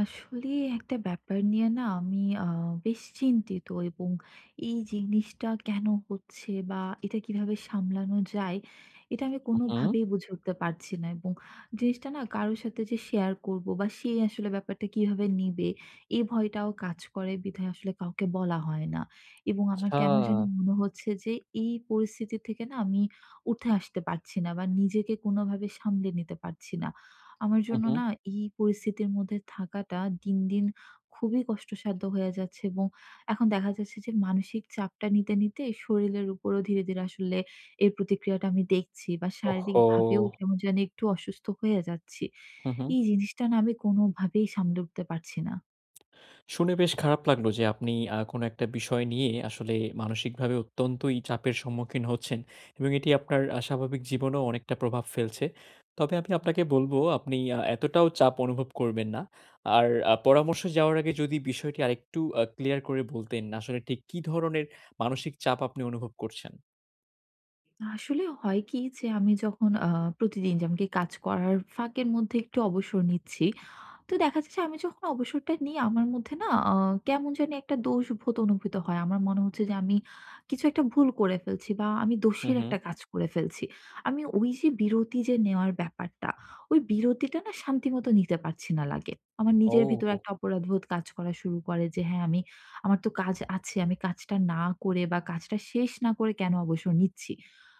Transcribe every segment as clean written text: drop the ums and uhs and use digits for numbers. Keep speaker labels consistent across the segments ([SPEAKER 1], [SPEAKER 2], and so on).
[SPEAKER 1] আসলে একটা ব্যাপার নিয়ে না আমি বেশ চিন্তিত, এবং এই জিনিসটা কেন হচ্ছে বা এটা কিভাবে সামলানো যায়? এটা আমি
[SPEAKER 2] হু, হুম।
[SPEAKER 1] কোনোভাবেই বুঝে উঠতে পারছি না। এবং জিনিসটা না কারো সাথে যে শেয়ার করবো বা সে আসলে ব্যাপারটা কিভাবে নিবে? এই ভয়টাও কাজ করে বিধায় আসলে কাউকে বলা হয় না। এবং আমার
[SPEAKER 2] আচ্ছা।
[SPEAKER 1] কেন জানি মনে হচ্ছে যে এই পরিস্থিতি থেকে না আমি উঠে আসতে পারছি না বা নিজেকে কোনোভাবে সামলে নিতে পারছি না। আমার
[SPEAKER 2] হু,
[SPEAKER 1] জন্য
[SPEAKER 2] হুম।
[SPEAKER 1] না এই পরিস্থিতির মধ্যে থাকাটা দিন, দিন খুবই কষ্টসাধ্য হয়ে যাচ্ছে। এবং এখন দেখা যাচ্ছে যে মানসিক চাপটা নিতে, নিতে শরীরের উপরও ধীরে, ধীরে আসলে এর প্রতিক্রিয়াটা আমি দেখছি, বা
[SPEAKER 2] ওহহো!
[SPEAKER 1] শারীরিকভাবেও কেমন জানি একটু অসুস্থ হয়ে যাচ্ছি।
[SPEAKER 2] হু, হুম।
[SPEAKER 1] এই জিনিসটা না আমি কোনোভাবেই সামলে উঠতে পারছি না।
[SPEAKER 2] শুনে বেশ খারাপ লাগলো যে আপনি কোনো একটা বিষয় নিয়ে আসলে মানসিকভাবে অত্যন্তই চাপের সম্মুখীন হচ্ছেন এবং এটি আপনার স্বাভাবিক জীবনেও অনেকটা প্রভাব ফেলছে। তবে আমি আপনাকে বলব আপনি এতটাও চাপ অনুভব করবেন না। আর পরামর্শে যাওয়ার আগে যদি বিষয়টি আরেকটু ক্লিয়ার করে বলতেন আসলে ঠিক কি ধরনের মানসিক চাপ আপনি অনুভব করছেন?
[SPEAKER 1] আসলে হয় কি যে আমি যখন প্রতিদিন যেমন কি কাজ করার ফাঁকের মধ্যে একটু অবসর নিচ্ছি। তো দেখা যাচ্ছে আমি যখন অবসরটা নিই আমার মধ্যে না কেমন জানি একটা দোষবোধ অনুভূত হয়। আমার মনে হচ্ছে যে আমি কিছু একটা ভুল করে ফেলছি বা আমি
[SPEAKER 2] হু,
[SPEAKER 1] দোষের
[SPEAKER 2] হুম।
[SPEAKER 1] একটা কাজ করে ফেলছি। আমি ওই যে বিরতি যে নেওয়ার ব্যাপারটা, ওই বিরতিটা না শান্তিমতো নিতে পারছি না লাগে। আমার নিজের ভিতরে
[SPEAKER 2] ও!
[SPEAKER 1] একটা অপরাধবোধ কাজ করা শুরু করে যে হ্যাঁ, আমি আমার তো কাজ আছে। আমি কাজটা না করে বা কাজটা শেষ না করে কেন অবসর নিচ্ছি?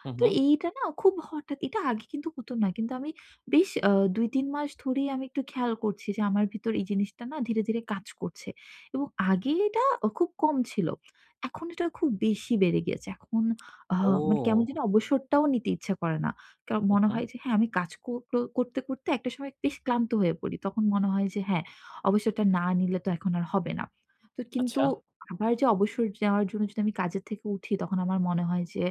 [SPEAKER 2] হু,
[SPEAKER 1] তো
[SPEAKER 2] হুম।
[SPEAKER 1] এইটা না খুব হঠাৎ, এটা আগে কিন্তু হতো না। কিন্তু আমি বেশ ২-৩ মাস ধরেই আমি একটু খেয়াল করছি যে আমার ভিতর এই জিনিসটা না ধীরে, ধীরে কাজ করছে। এবং আগে এটা খুব কম ছিল। এখন এটা খুব বেশি বেড়ে গিয়েছে। এখন আ মানে কেমন
[SPEAKER 2] ও!
[SPEAKER 1] যেন অবসরটাও নিতে ইচ্ছা করে না। কারণ
[SPEAKER 2] হু,
[SPEAKER 1] মনে
[SPEAKER 2] হুম।
[SPEAKER 1] হয় যে হ্যাঁ, আমি কাজ কো কো করতে, করতে একটা সময় বেশ ক্লান্ত হয়ে পড়ি। তখন মনে হয় যে হ্যাঁ, অবসরটা না নিলে তো এখন আর হবে না। তো কিন্তু
[SPEAKER 2] আচ্ছা।
[SPEAKER 1] আবার যে অবসর নেওয়ার জন্য যদি আমি কাজের থেকে উঠি তখন আমার মনে হয় যে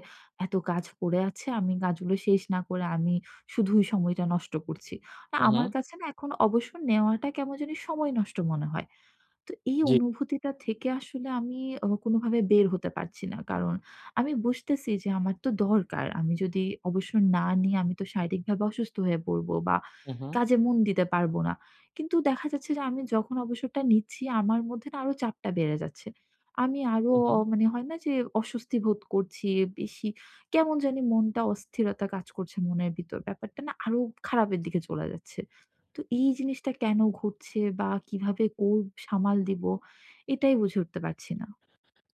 [SPEAKER 1] এত কাজ পড়ে আছে, আমি কাজগুলো শেষ না করে আমি শুধুই সময়টা নষ্ট করছি। না
[SPEAKER 2] হু, হুম।
[SPEAKER 1] আমার কাছে না এখন অবসর নেওয়াটা কেমন জানি সময় নষ্ট মনে হয়। তো এই
[SPEAKER 2] জি।
[SPEAKER 1] অনুভূতিটা থেকে আসলে আমি কোনোভাবে বের হতে পারছি না। কারণ আমি বুঝতেছি যে আমার তো দরকার। আমি যদি অবসর না নিই আমি তো শারীরিকভাবে অসুস্থ হয়ে পড়বো বা
[SPEAKER 2] হু, হুম।
[SPEAKER 1] কাজে মন দিতে পারবো না। কিন্তু দেখা যাচ্ছে যে আমি যখন অবসরটা নিচ্ছি আমার মধ্যে না আরো চাপটা বেড়ে যাচ্ছে। আমি আরো
[SPEAKER 2] হু, হু।
[SPEAKER 1] মানে হয় না যে অস্বস্তি বোধ করছি, বেশি কেমন জানি মনটা অস্থিরতা কাজ করছে মনের ভিতর। ব্যাপারটা না আরো খারাপের দিকে চলে যাচ্ছে। তো এই জিনিসটা কেন ঘটছে বা কিভাবে সামাল দিব এটাই বুঝে উঠতে পারছি না।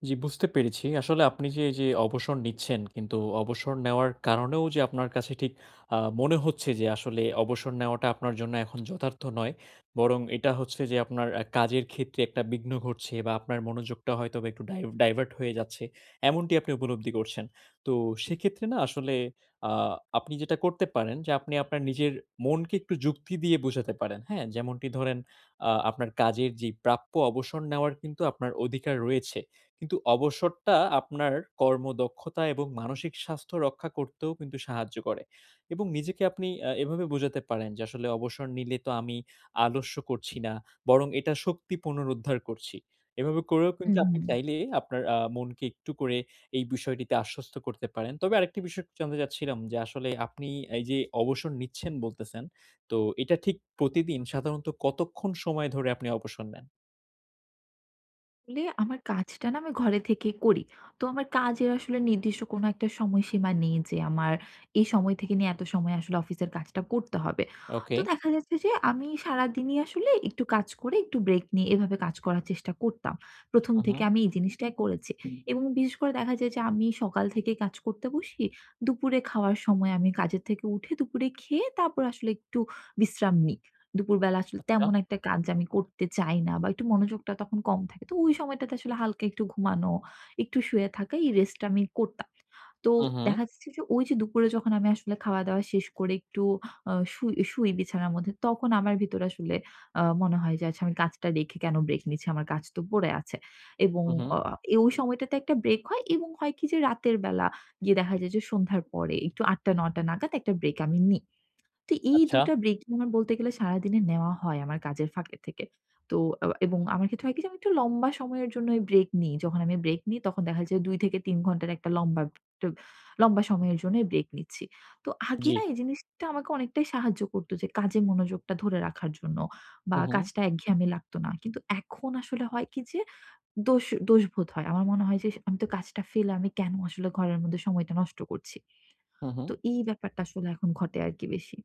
[SPEAKER 2] জি, বুঝতে পেরেছি। আসলে আপনি যে এই যে অবসর নিচ্ছেন, কিন্তু অবসর নেওয়ার কারণেও যে আপনার কাছে ঠিক মনে হচ্ছে যে আসলে অবসর নেওয়াটা আপনার জন্য এখন যথার্থ নয়। বরং এটা হচ্ছে যে আপনার কাজের ক্ষেত্রে একটা বিঘ্ন ঘটছে বা আপনার মনোযোগটা হয়তোবা একটু ডাইভার্ট হয়ে যাচ্ছে। এমনটি আপনি উপলব্ধি করছেন। তো সেক্ষেত্রে না আসলে আ আপনি যেটা করতে পারেন যে আপনি আপনার নিজের মনকে একটু যুক্তি দিয়ে বোঝাতে পারেন, হ্যাঁ? যেমনটি ধরেন আপনার কাজের যে প্রাপ্য অবসর নেওয়ার কিন্তু আপনার অধিকার রয়েছে। কিন্তু অবসরটা আপনার কর্মদক্ষতা এবং মানসিক স্বাস্থ্য রক্ষা করতেও কিন্তু সাহায্য করে এবং নিজেকে আপনি এভাবে বোঝাতে পারেন যে, আসলে অবসর নিলে তো আমি আলস্য করছি না, বরং এটা শক্তি পুনরুদ্ধার করছি। এভাবে করেও
[SPEAKER 1] হুম,
[SPEAKER 2] কিন্তু আপনি
[SPEAKER 1] হুম।
[SPEAKER 2] চাইলে আপনার মনকে একটু করে এই বিষয়টিতে আশ্বস্ত করতে পারেন। তবে আরেকটি বিষয় জানতে চাচ্ছিলাম যে, আসলে আপনি এই যে অবসর নিচ্ছেন বলতেছেন, তো এটা ঠিক প্রতিদিন সাধারণত কতক্ষণ সময় ধরে আপনি অবসর নেন?
[SPEAKER 1] আসলে আমার কাজটা না আমি ঘরে থেকে করি। তো আমার কাজের আসলে নির্দিষ্ট কোনো একটা সময়সীমা নেই যে আমার এই সময় থেকে নিয়ে এত সময় আসলে অফিসের কাজটা করতে হবে।
[SPEAKER 2] ওকে।
[SPEAKER 1] তো দেখা যাচ্ছে যে আমি সারাদিনই আসলে একটু কাজ করে একটু ব্রেক নিয়ে এভাবে কাজ করার চেষ্টা করতাম। ১ম
[SPEAKER 2] হু, হু।
[SPEAKER 1] থেকে আমি এই জিনিসটাই করেছি। এবং বিশেষ করে দেখা যায় যে আমি সকাল থেকে কাজ করতে বসি। দুপুরে খাওয়ার সময় আমি কাজের থেকে উঠে দুপুরে খেয়ে তারপর আসলে একটু বিশ্রাম নিই। দুপুরবেলা আসলে
[SPEAKER 2] আচ্ছা।
[SPEAKER 1] তেমন একটা কাজ আমি করতে চাই না বা একটু মনোযোগটা তখন কম থাকে। তো ওই সময়টাতে আসলে হালকা একটু ঘুমানো, একটু শুয়ে থাকা, এই রেস্টটা আমি করতাম। তো
[SPEAKER 2] হু, হু।
[SPEAKER 1] দেখা যাচ্ছে যে ওই যে দুপুরে যখন আমি আসলে খাওয়া-দাওয়া শেষ করে একটু শুই শুই বিছানার মধ্যে, তখন আমার ভিতরে আসলে মনে হয় যে আচ্ছা আমি কাজটা রেখে কেন ব্রেক নিচ্ছি? আমার কাজ তো পড়ে আছে। এবং
[SPEAKER 2] হু, হু।
[SPEAKER 1] অ এ ওই সময়টাতে একটা ব্রেক হয়। এবং হয় কি যে রাতের বেলা গিয়ে দেখা যায় যে সন্ধ্যার পরে একটু ৮:০০ ৯:০০ নাগাদ একটা ব্রেক আমি নিই। তো এই
[SPEAKER 2] আচ্ছা,
[SPEAKER 1] ২ টা ব্রেক আমার বলতে গেলে সারাদিনে নেওয়া হয় আমার কাজের ফাঁকে থেকে। তো এবং আমার ক্ষেত্রে হয় কি যে আমি একটু লম্বা সময়ের জন্য এই ব্রেক নিই। যখন আমি ব্রেক নিই তখন দেখা যায় ২ থেকে ৩ ঘন্টার একটা লম্বা ট লম্বা সময়ের জন্য ব্রেক নিচ্ছি। তো আগে
[SPEAKER 2] জি।
[SPEAKER 1] না এই জিনিসটা আমাকে অনেকটাই সাহায্য করত, যে কাজে মনোযোগটা ধরে রাখার জন্য বা
[SPEAKER 2] হু, হু,
[SPEAKER 1] কাজটা একঘেয়েমি লাগতো না। কিন্তু এখন আসলে হয় কি যে দোষবোধ হয়। আমার মনে হয় যে আমি তো কাজটা ফেলে আমি কেন আসলে ঘরের মধ্যে সময়টা নষ্ট করছি।
[SPEAKER 2] হু, হু।
[SPEAKER 1] তো এই ব্যাপারটা আসলে এখন ঘটে আরকি বেশি।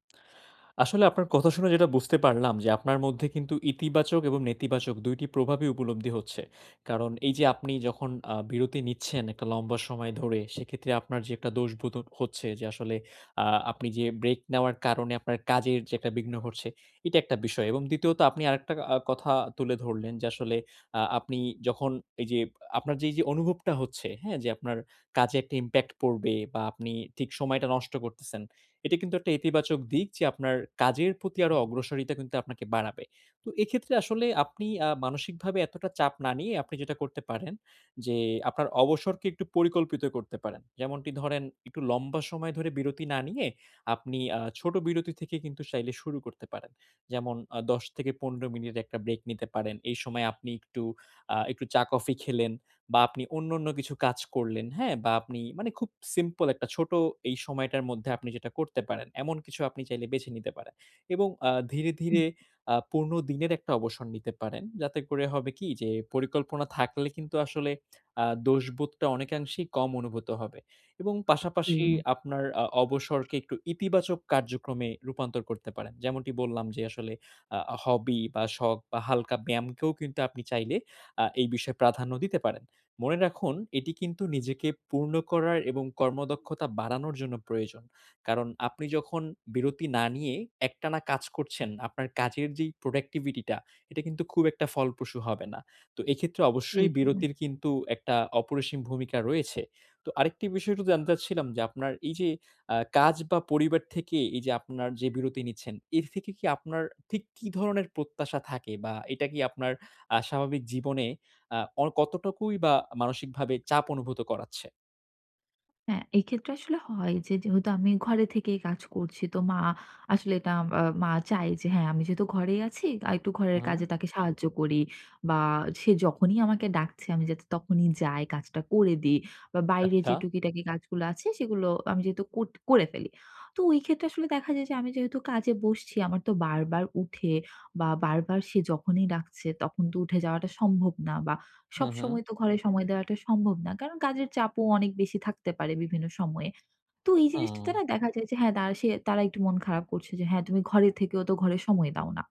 [SPEAKER 2] আসলে আপনার কথা শুনে যেটা বুঝতে পারলাম যে আপনার মধ্যে কিন্তু ইতিবাচক এবং নেতিবাচক ২টি টি প্রভাবই উপলব্ধি হচ্ছে। কারণ এই যে আপনি যখন বিরতি নিচ্ছেন একটা লম্বা সময় ধরে সেক্ষেত্রে আপনার যে একটা দোষবোধ হচ্ছে যে আসলে আ আপনি যে ব্রেক নেওয়ার কারণে আপনার কাজের যে একটা বিঘ্ন ঘটছে এটা একটা বিষয়। এবং দ্বিতীয়ত আপনি আরেকটা কথা তুলে ধরলেন যে আসলে আপনি যখন এই যে আপনার যে এই যে অনুভবটা হচ্ছে, হ্যাঁ? যে আপনার কাজে একটা ইমপ্যাক্ট পড়বে বা আপনি ঠিক সময়টা নষ্ট করতেছেন। এটা কিন্তু একটা ইতিবাচক দিক যে আপনার কাজের প্রতি আরো অগ্রসরিতা কিন্তু আপনাকে বাড়াবে। তো এক্ষেত্রে আসলে আপনি মানসিকভাবে এতটা চাপ না নিয়ে আপনি যেটা করতে পারেন যে আপনার অবসরকে একটু পরিকল্পিত করতে পারেন। যেমনটি ধরেন একটু লম্বা সময় ধরে বিরতি না নিয়ে আপনি ছোট বিরতি থেকে কিন্তু চাইলে শুরু করতে পারেন। যেমন ১০ থেকে ১৫ মিনিট একটা ব্রেক নিতে পারেন। এই সময় আপনি একটু চা কফি খেলেন বা আপনি অন্য, অন্য কিছু কাজ করলেন, হ্যাঁ? বা আপনি মানে খুব সিম্পল একটা ছোট এই সময়টার মধ্যে আপনি যেটা করতে পারেন, এমন কিছু আপনি চাইলে বেছে নিতে পারেন। এবং ধীরে,
[SPEAKER 1] হুম,
[SPEAKER 2] ধীরে পূর্ণ দিনের একটা অবসর নিতে পারেন। যাতে করে হবে কি যে পরিকল্পনা থাকলে কিন্তু আসলে দোষবোধটা অনেকাংশেই কম অনুভূত হবে। এবং
[SPEAKER 1] জি।
[SPEAKER 2] পাশাপাশি আপনার অবসরকে একটু ইতিবাচক কার্যক্রমে রূপান্তর করতে পারেন। যেমনটি বললাম যে আসলে হবি বা শখ বা হালকা ব্যায়ামকেও কিন্তু আপনি চাইলে এই বিষয়ে প্রাধান্য দিতে পারেন। মনে রাখুন এটি কিন্তু নিজেকে পূর্ণ করার এবং কর্মদক্ষতা বাড়ানোর জন্য প্রয়োজন। কারণ আপনি যখন বিরতি না নিয়ে একটানা কাজ করছেন, আপনার কাজের যেই productivity টা এটা কিন্তু খুব একটা ফলপ্রসূ হবে না। তো এক্ষেত্রে
[SPEAKER 1] জি,
[SPEAKER 2] অবশ্যই
[SPEAKER 1] জি।
[SPEAKER 2] বিরতির কিন্তু একটা অপরিসীম ভূমিকা রয়েছে। তো আরেকটি বিষয় একটু জানতে চাচ্ছিলাম যে আপনার এই যে কাজ বা পরিবার থেকে এই যে আপনার যে বিরতি নিচ্ছেন, এর থেকে কি আপনার ঠিক কি ধরনের প্রত্যাশা থাকে বা এটা কি আপনার স্বাভাবিক জীবনে আ অ কতটুকুই বা মানসিকভাবে চাপ অনুভূত করাচ্ছে?
[SPEAKER 1] হ্যাঁ, এক্ষেত্রে আসলে হয় যে যেহেতু আমি ঘরে থেকেই কাজ করছি, তো আসলে এটা মা চায় যে হ্যাঁ, আমি যেহেতু ঘরেই আছি একটু ঘরের
[SPEAKER 2] হুম,
[SPEAKER 1] কাজে তাকে সাহায্য করি, বা সে যখনই আমাকে ডাকছে আমি যাতে তখনই যাই কাজটা করে দিই, বা বাইরে
[SPEAKER 2] আচ্ছা।
[SPEAKER 1] যে টুকিটাকি কাজগুলো আছে সেগুলো আমি যেহেতু কোট করে ফেলি। তো ওই ক্ষেত্রে আসলে দেখা যায় যে আমি যেহেতু কাজে বসছি আমার তো বারবার উঠে বা বারবার সে যখনই ডাকছে তখন তো উঠে যাওয়াটা সম্ভব না, বা
[SPEAKER 2] হুম, হুম,
[SPEAKER 1] সবসময় তো ঘরে সময় দেওয়াটা সম্ভব না। কারণ কাজের চাপও অনেক বেশি থাকতে পারে বিভিন্ন সময়ে। তো এই
[SPEAKER 2] হুম।
[SPEAKER 1] জিনিসটাতে না দেখা যায় যে হ্যাঁ, তারা একটু মন খারাপ করছে যে, "হ্যাঁ, তুমি ঘরে থেকেও তো ঘরে সময় দাও না।"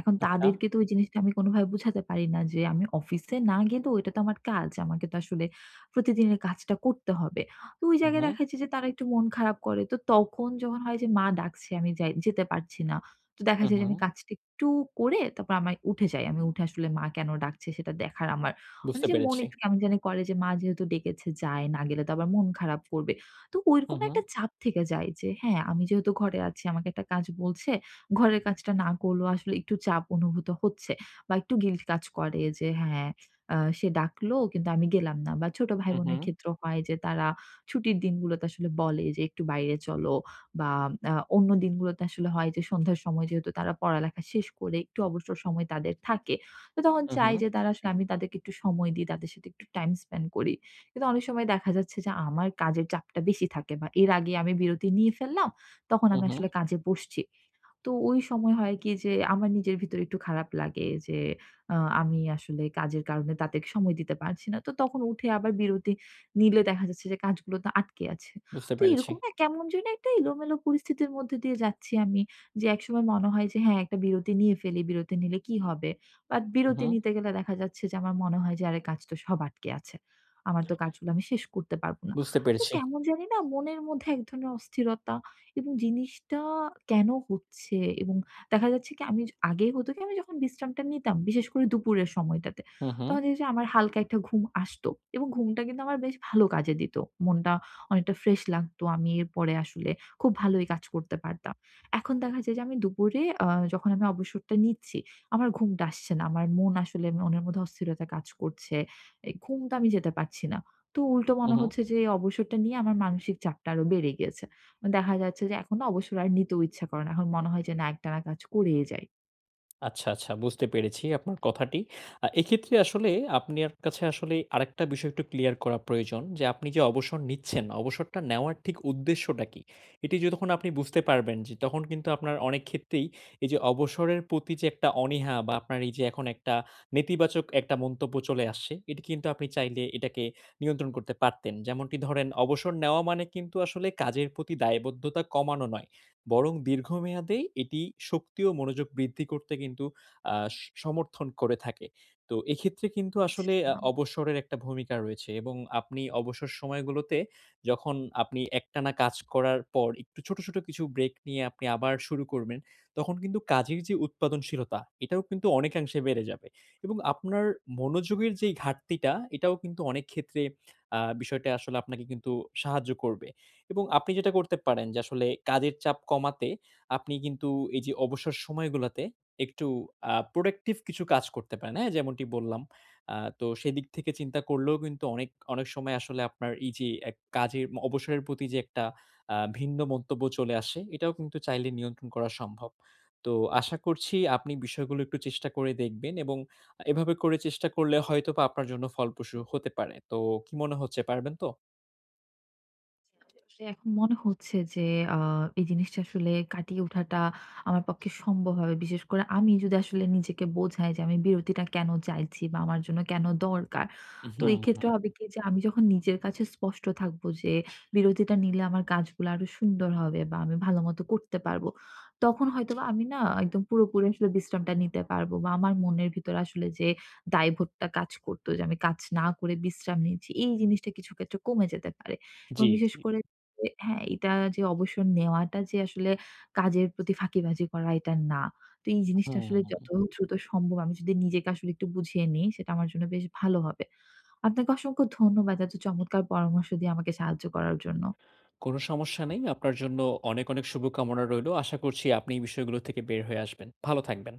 [SPEAKER 1] এখন
[SPEAKER 2] আচ্ছা।
[SPEAKER 1] তাদেরকে তো ওই জিনিসটা আমি কোনোভাবে বুঝাতে পারি না যে আমি অফিসে না গেলেও এটা তো আমার কাজ। আমাকে তো আসলে প্রতিদিনের কাজটা করতে হবে। তো ওই
[SPEAKER 2] হুম,
[SPEAKER 1] জায়গায়
[SPEAKER 2] হুম,
[SPEAKER 1] দেখা যাচ্ছে যে তারা একটু মন খারাপ করে। তো তখন যখন হয় যে মা ডাকছে আমি যাই, যেতে পারছি না। তো দেখা
[SPEAKER 2] হুম,
[SPEAKER 1] যায় যে
[SPEAKER 2] হুম।
[SPEAKER 1] আমি কাজটা একটু করে তারপর আমি উঠে যাই। আমি উঠে আসলে মা কেন ডাকছে সেটা দেখার আমার মানে
[SPEAKER 2] বুঝতে
[SPEAKER 1] যে মন
[SPEAKER 2] পেরেছি।
[SPEAKER 1] একটু কেমন জানি করে যে মা যেহেতু ডেকেছে যায়, না গেলে তো আবার মন খারাপ করবে। তো ওইরকম
[SPEAKER 2] হুম, হুম,
[SPEAKER 1] একটা চাপ থেকে যায় যে হ্যাঁ, আমি যেহেতু ঘরে আছি আমাকে একটা কাজ বলছে, ঘরের কাজটা না করলেও আসলে একটু চাপ অনুভূত হচ্ছে বা একটু গিল্ট কাজ করে যে হ্যাঁ, সে ডাকলো কিন্তু আমি গেলাম না। বা ছোট
[SPEAKER 2] হুম,
[SPEAKER 1] ভাই-বোনের
[SPEAKER 2] হুম,
[SPEAKER 1] ক্ষেত্রেও হয় যে তারা ছুটির দিনগুলোতে আসলে বলে যে একটু বাইরে চলো, বা অন্য দিনগুলোতে আসলে হয় যে সন্ধ্যার সময় যেহেতু তারা পড়ালেখা শেষ করে একটু অবসর সময় তাদের থাকে। তো তখন
[SPEAKER 2] হুম,
[SPEAKER 1] চাই
[SPEAKER 2] হুম,
[SPEAKER 1] যে তারা আসলে আমি তাদেরকে একটু সময় দিই, তাদের সাথে একটু টাইম স্পেন্ড করি। কিন্তু অনেক সময় দেখা যাচ্ছে যে আমার কাজের চাপটা বেশি থাকে বা এর আগে আমি বিরতি নিয়ে ফেললাম, তখন
[SPEAKER 2] হুম,
[SPEAKER 1] আমি
[SPEAKER 2] হুম।
[SPEAKER 1] আসলে কাজে বসছি। তো ওই সময় হয় কি যে আমার নিজের ভিতরে একটু খারাপ লাগে যে আ আমি আসলে কাজের কারণে তাদেরকে সময় দিতে পারছি না। তো তখন উঠে আবার বিরতি নিলে দেখা যাচ্ছে যে কাজগুলো তো আটকে আছে।
[SPEAKER 2] বুঝতে
[SPEAKER 1] তো
[SPEAKER 2] পেরেছি।
[SPEAKER 1] এরকম না কেমন যেন একটা এলোমেলো পরিস্থিতির মধ্যে দিয়ে যাচ্ছি আমি। যে একসময় মনে হয় যে হ্যাঁ, একটা বিরতি নিয়ে ফেলি। বিরতি নিলে কি হবে? বাট
[SPEAKER 2] হুম,
[SPEAKER 1] বিরতি
[SPEAKER 2] হুম,
[SPEAKER 1] নিতে গেলে দেখা যাচ্ছে যে আমার মনে হয় যে আরে কাজ তো সব আটকে আছে। আমার তো কাজগুলো আমি শেষ করতে পারব না।
[SPEAKER 2] বুঝতে
[SPEAKER 1] তো
[SPEAKER 2] পেরেছি।
[SPEAKER 1] কেমন জানি না মনের মধ্যে এক ধরনের অস্থিরতা, এবং জিনিসটা কেন হচ্ছে, এবং দেখা যাচ্ছে কি আমি আগে হতো কি আমি যখন বিশ্রামটা নিতাম, বিশেষ করে দুপুরের সময়টাতে।
[SPEAKER 2] হুম, হুম,
[SPEAKER 1] তখন দেখি যে আমার হালকা একটা ঘুম আসতো এবং ঘুমটা কিন্তু আমার বেশ ভালো কাজে দিত। মনটা অনেকটা ফ্রেশ লাগতো। আমি এরপরে আসলে খুব ভালোই কাজ করতে পারতাম। এখন দেখা যায় যে আমি দুপুরে যখন আমি অবসরটা নিচ্ছি, আমার ঘুমটা আসছে না। আমার মন আসলে মনের মধ্যে অস্থিরতা কাজ করছে। এই ঘুম তো আমি যেতে পারছি না। তো উল্টো
[SPEAKER 2] হুম,
[SPEAKER 1] মনে
[SPEAKER 2] হুম।
[SPEAKER 1] হচ্ছে যে এই অবসরটা নিয়ে আমার মানসিক চাপটা আরো বেড়ে গিয়েছে। দেখা যাচ্ছে যে এখন না অবসর আর নিতেও ইচ্ছা করে না। এখন মনে হয় যে না, একটানা কাজ করেই যাই।
[SPEAKER 2] আচ্ছা, আচ্ছা বুঝতে পেরেছি আপনার কথাটি। এক্ষেত্রে আসলে আপনার কাছে আসলে আরেকটা বিষয় একটু ক্লিয়ার করা প্রয়োজন যে আপনি যে অবসর নিচ্ছেন, অবসরটা নেওয়ার ঠিক উদ্দেশ্যটা কি? এটি যতক্ষণ আপনি বুঝতে পারবেন যে তখন কিন্তু আপনার অনেক ক্ষেত্রেই এই যে অবসরের প্রতি যে একটা অনীহা বা আপনার এই যে এখন একটা নেতিবাচক একটা মন্তব্য চলে আসছে, এটি কিন্তু আপনি চাইলে এটাকে নিয়ন্ত্রণ করতে পারতেন। যেমনটি ধরেন অবসর নেওয়া মানে কিন্তু আসলে কাজের প্রতি দায়বদ্ধতা কমানো নয়। বরং দীর্ঘমেয়াদে এটি শক্তি ও মনোযোগ বৃদ্ধি করতে কিন্তু আ স সমর্থন করে থাকে। তো এক্ষেত্রে কিন্তু আসলে
[SPEAKER 1] আ
[SPEAKER 2] অবসরের একটা ভূমিকা রয়েছে এবং আপনি অবসর সময়গুলোতে যখন আপনি একটানা কাজ করার পর একটু ছোট, ছোট কিছু ব্রেক নিয়ে আপনি আবার শুরু করবেন, তখন কিন্তু কাজের যে উৎপাদনশীলতা, এটাও কিন্তু অনেকাংশে বেড়ে যাবে এবং আপনার মনোযোগের যেই ঘাটতিটা, এটাও কিন্তু অনেক ক্ষেত্রে বিষয়টা আসলে আপনাকে কিন্তু সাহায্য করবে। এবং আপনি যেটা করতে পারেন যে আসলে কাজের চাপ কমাতে আপনি কিন্তু এই যে অবসর সময়গুলাতে একটু প্রোডাক্টিভ কিছু কাজ করতে পারেন। হ্যাঁ? যেমনটি বললাম। তো সেদিক থেকে চিন্তা করলেও কিন্তু অনেক, অনেক সময় আসলে আপনার এই যে এক কাজের ম অবসরের প্রতি যে একটা ভিন্ন মন্তব্য চলে আসে, এটাও কিন্তু চাইলে নিয়ন্ত্রণ করা সম্ভব। তো আশা করছি আপনি বিষয়গুলো একটু চেষ্টা করে দেখবেন এবং এভাবে করে চেষ্টা করলে হয়তোবা আপনার জন্য ফলপ্রসূ হতে পারে। তো কি মনে হচ্ছে পারবেন তো?
[SPEAKER 1] আসলে এখন মনে হচ্ছে যে আ এই জিনিসটা আসলে কাটিয়ে ওঠাটা আমার পক্ষে সম্ভব হবে। বিশেষ করে আমি যদি আসলে নিজেকে বোঝাই যে আমি বিরতিটা কেন চাইছি বা আমার জন্য কেন দরকার। তো
[SPEAKER 2] হুম, হুম।
[SPEAKER 1] এক্ষেত্রে হুম। হবে কি যে আমি যখন নিজের কাছে স্পষ্ট থাকবো যে বিরতিটা নিলে আমার কাজগুলো আরো সুন্দর হবে বা আমি ভালোমতো করতে পারবো। তখন হয়তোবা আমি না একদম পুরোপুরি আসলে বিশ্রামটা নিতে পারবো, বা আমার মনের ভিতরে আসলে যে দায়ভারটা কাজ করতো যে আমি কাজ না করে বিশ্রাম নিচ্ছি, এই জিনিসটা কিছু ক্ষেত্রে কমে যেতে পারে। এবং
[SPEAKER 2] জি,
[SPEAKER 1] বিশেষ
[SPEAKER 2] জি।
[SPEAKER 1] করে যে হ্যাঁ, এটা, যে অবসর নেওয়াটা যে আসলে কাজের প্রতি ফাঁকিবাজি করা এটা না। তো এই জিনিসটা আসলে
[SPEAKER 2] হুম,
[SPEAKER 1] যত দ্রুত সম্ভব আমি যদি নিজেকে আসলে একটু বুঝিয়ে নিই সেটা আমার জন্য বেশ ভালো হবে। আপনাকে অসংখ্য ধন্যবাদ এত চমৎকার পরামর্শ দিয়ে আমাকে সাহায্য করার জন্য।
[SPEAKER 2] কোন সমস্যা নেই। আপনার জন্য অনেক, অনেক শুভকামনা রইলো। আশা করছি আপনি এই বিষয়গুলো থেকে বের হয়ে আসবেন। ভালো থাকবেন।